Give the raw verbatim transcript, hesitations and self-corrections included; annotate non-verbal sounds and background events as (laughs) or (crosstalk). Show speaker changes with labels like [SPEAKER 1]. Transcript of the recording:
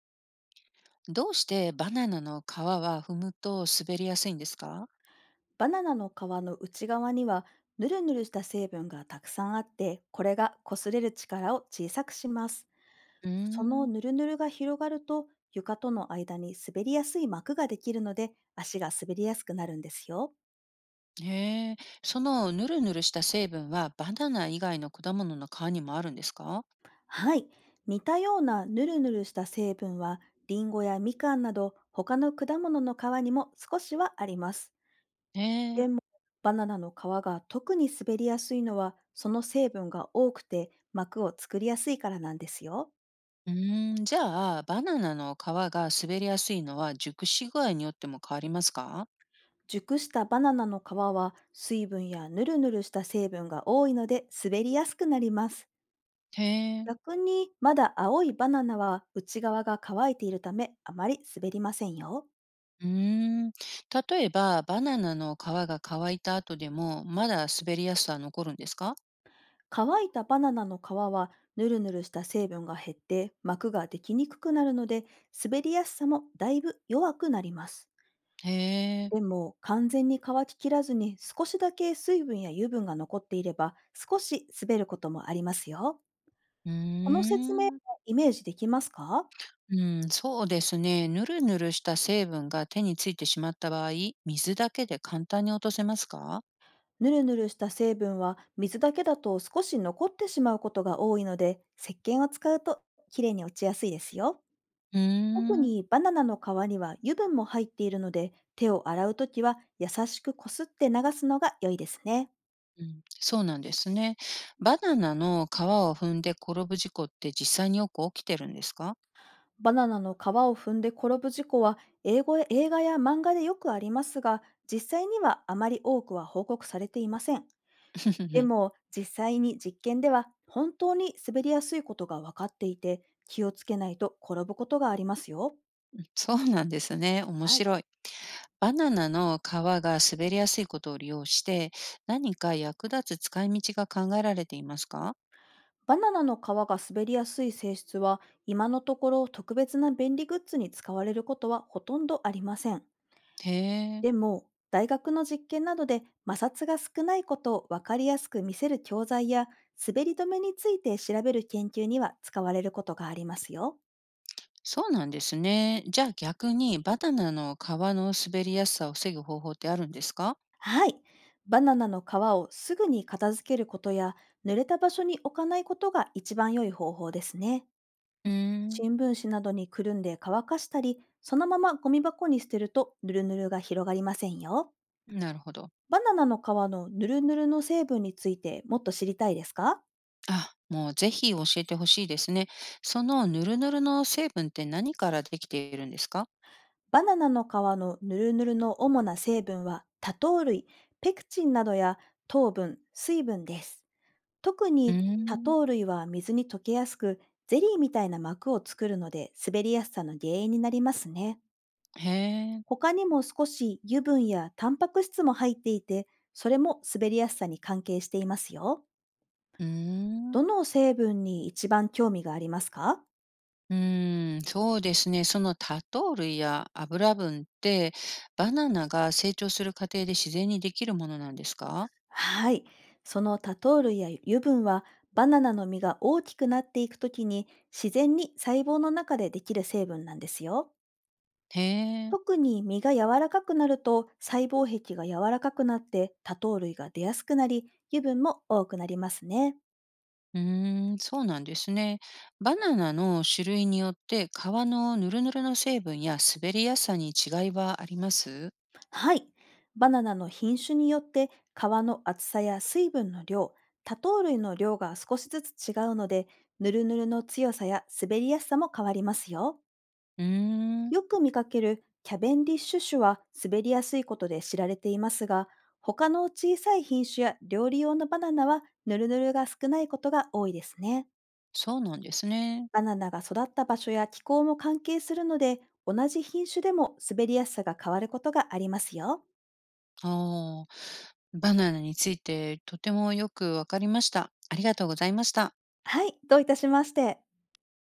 [SPEAKER 1] どうしてバナナの皮は踏むと滑りやすいんですか？
[SPEAKER 2] バナナの皮の内側にはヌルヌルした成分がたくさんあって、これが擦れる力を小さくします。
[SPEAKER 1] うー
[SPEAKER 2] その
[SPEAKER 1] ん。
[SPEAKER 2] ヌルヌルが広がると床との間に滑りやすい膜ができるので、足が滑りやすくなるんですよ。
[SPEAKER 1] へえ。そのぬるぬるした成分はバナナ以外の果物の皮にもあるんですか？
[SPEAKER 2] はい。似たようなヌルヌルした成分は、リンゴやみかんなど他の果物の皮にも少しはあります。
[SPEAKER 1] へ
[SPEAKER 2] で
[SPEAKER 1] え。
[SPEAKER 2] も、バナナの皮が特に滑りやすいのは、その成分が多くて膜を作りやすいからなんですよ。
[SPEAKER 1] うーん、じゃあバナナの皮が滑りやすいのは熟し具合によっても変わりますか？
[SPEAKER 2] 熟したバナナの皮は水分やヌルヌルした成分が多いので、滑りやすくなります。
[SPEAKER 1] へえ。
[SPEAKER 2] 逆に、まだ青いバナナは内側が乾いているため、あまり滑りませんよ。
[SPEAKER 1] うーん、例えばバナナの皮が乾いた後でもまだ滑りやすさは残るんですか？
[SPEAKER 2] 乾いたバナナの皮はヌルヌルした成分が減って膜ができにくくなるので、滑りやすさもだいぶ弱くなります。
[SPEAKER 1] へえ。
[SPEAKER 2] でも、完全に乾ききらずに少しだけ水分や油分が残っていれば、少し滑ることもありますよ。
[SPEAKER 1] う
[SPEAKER 2] この説
[SPEAKER 1] ー
[SPEAKER 2] 明は
[SPEAKER 1] ん。
[SPEAKER 2] イメージできますか？
[SPEAKER 1] うん、そうですね。ぬるぬるした成分が手についてしまった場合、水だけで簡単に落とせますか？
[SPEAKER 2] ぬるぬるした成分は水だけだと少し残ってしまうことが多いので、石鹸を使うときれいに落ちやすいですよ。
[SPEAKER 1] うー
[SPEAKER 2] 特
[SPEAKER 1] ん。
[SPEAKER 2] にバナナの皮には油分も入っているので、手を洗うときは優しくこすって流すのが良いですね。
[SPEAKER 1] うん、そうなんですね。バナナの皮を踏んで転ぶ事故って実際によく起きてるんですか？
[SPEAKER 2] バナナの皮を踏んで転ぶ事故は、英語や映画や漫画でよくありますが、実際にはあまり多くは報告されていません。で
[SPEAKER 1] (laughs)
[SPEAKER 2] も、実際に実験では本当に滑りやすいことが分かっていて、気をつけないと転ぶことがありますよ。
[SPEAKER 1] そうなんですね。面
[SPEAKER 2] はい。
[SPEAKER 1] 白い。バナナの皮が滑りやすいことを利用して、何か役立つ使い道が考えられていますか？
[SPEAKER 2] バナナの皮が滑りやすい性質は、今のところ特別な便利グッズに使われることはほとんどありません。
[SPEAKER 1] へえ。
[SPEAKER 2] でも、大学の実験などで摩擦が少ないことを分かりやすく見せる教材や、滑り止めについて調べる研究には使われることがありますよ。
[SPEAKER 1] そうなんですね。じゃあ逆にバナナの皮の滑りやすさを防ぐ方法ってあるんですか？
[SPEAKER 2] はい。バナナの皮をすぐに片付けることや、濡れた場所に置かないことが一番良い方法ですね。
[SPEAKER 1] うーん、
[SPEAKER 2] 新聞紙などにくるんで乾かしたり、そのままゴミ箱に捨てると、ヌルヌルが広がりませんよ。
[SPEAKER 1] なるほど。
[SPEAKER 2] バナナの皮のヌルヌルの成分について、もっと知りたいですか？
[SPEAKER 1] あ、もうぜひ教えてほしいですね。そのヌルヌルの成分って何からできているんですか？
[SPEAKER 2] バナナの皮のヌルヌルの主な成分は、多糖類、ペクチンなどや糖分、水分です。特
[SPEAKER 1] うー
[SPEAKER 2] に多
[SPEAKER 1] ん。
[SPEAKER 2] 糖類は水に溶けやすく、ゼリーみたいな膜を作るので、滑りやすさの原因になりますね。
[SPEAKER 1] へえ。
[SPEAKER 2] 他にも少し油分やタンパク質も入っていて、それも滑りやすさに関係していますよ。
[SPEAKER 1] うーん。
[SPEAKER 2] どの成分に一番興味がありますか？
[SPEAKER 1] うーん、そうですね。その多糖類や油分ってバナナが成長する過程で自然にできるものなんですか？
[SPEAKER 2] はい。その多糖類や油分は、バナナの実が大きくなっていくときに、自然に細胞の中でできる成分なんですよ。
[SPEAKER 1] へえ。
[SPEAKER 2] 特に実が柔らかくなると、細胞壁が柔らかくなって多糖類が出やすくなり、油分も多くなりますね。
[SPEAKER 1] うーん、そうなんですね。バナナの種類によって皮のヌルヌルの成分や滑りやすさに違いはあります？
[SPEAKER 2] はい。バナナの品種によって、皮の厚さや水分の量、多糖類の量が少しずつ違うので、ぬるぬるの強さや滑りやすさも変わりますよ。
[SPEAKER 1] うーん、
[SPEAKER 2] よく見かけるキャベンディッシュ種は滑りやすいことで知られていますが、他の小さい品種や料理用のバナナはぬるぬるが少ないことが多いですね。
[SPEAKER 1] そうなんですね。
[SPEAKER 2] バナナが育った場所や気候も関係するので、同じ品種でも滑りやすさが変わることがありますよ。
[SPEAKER 1] ああ、バナナについてとてもよくわかりました。ありがとうございました。
[SPEAKER 2] はい、どういたしまして。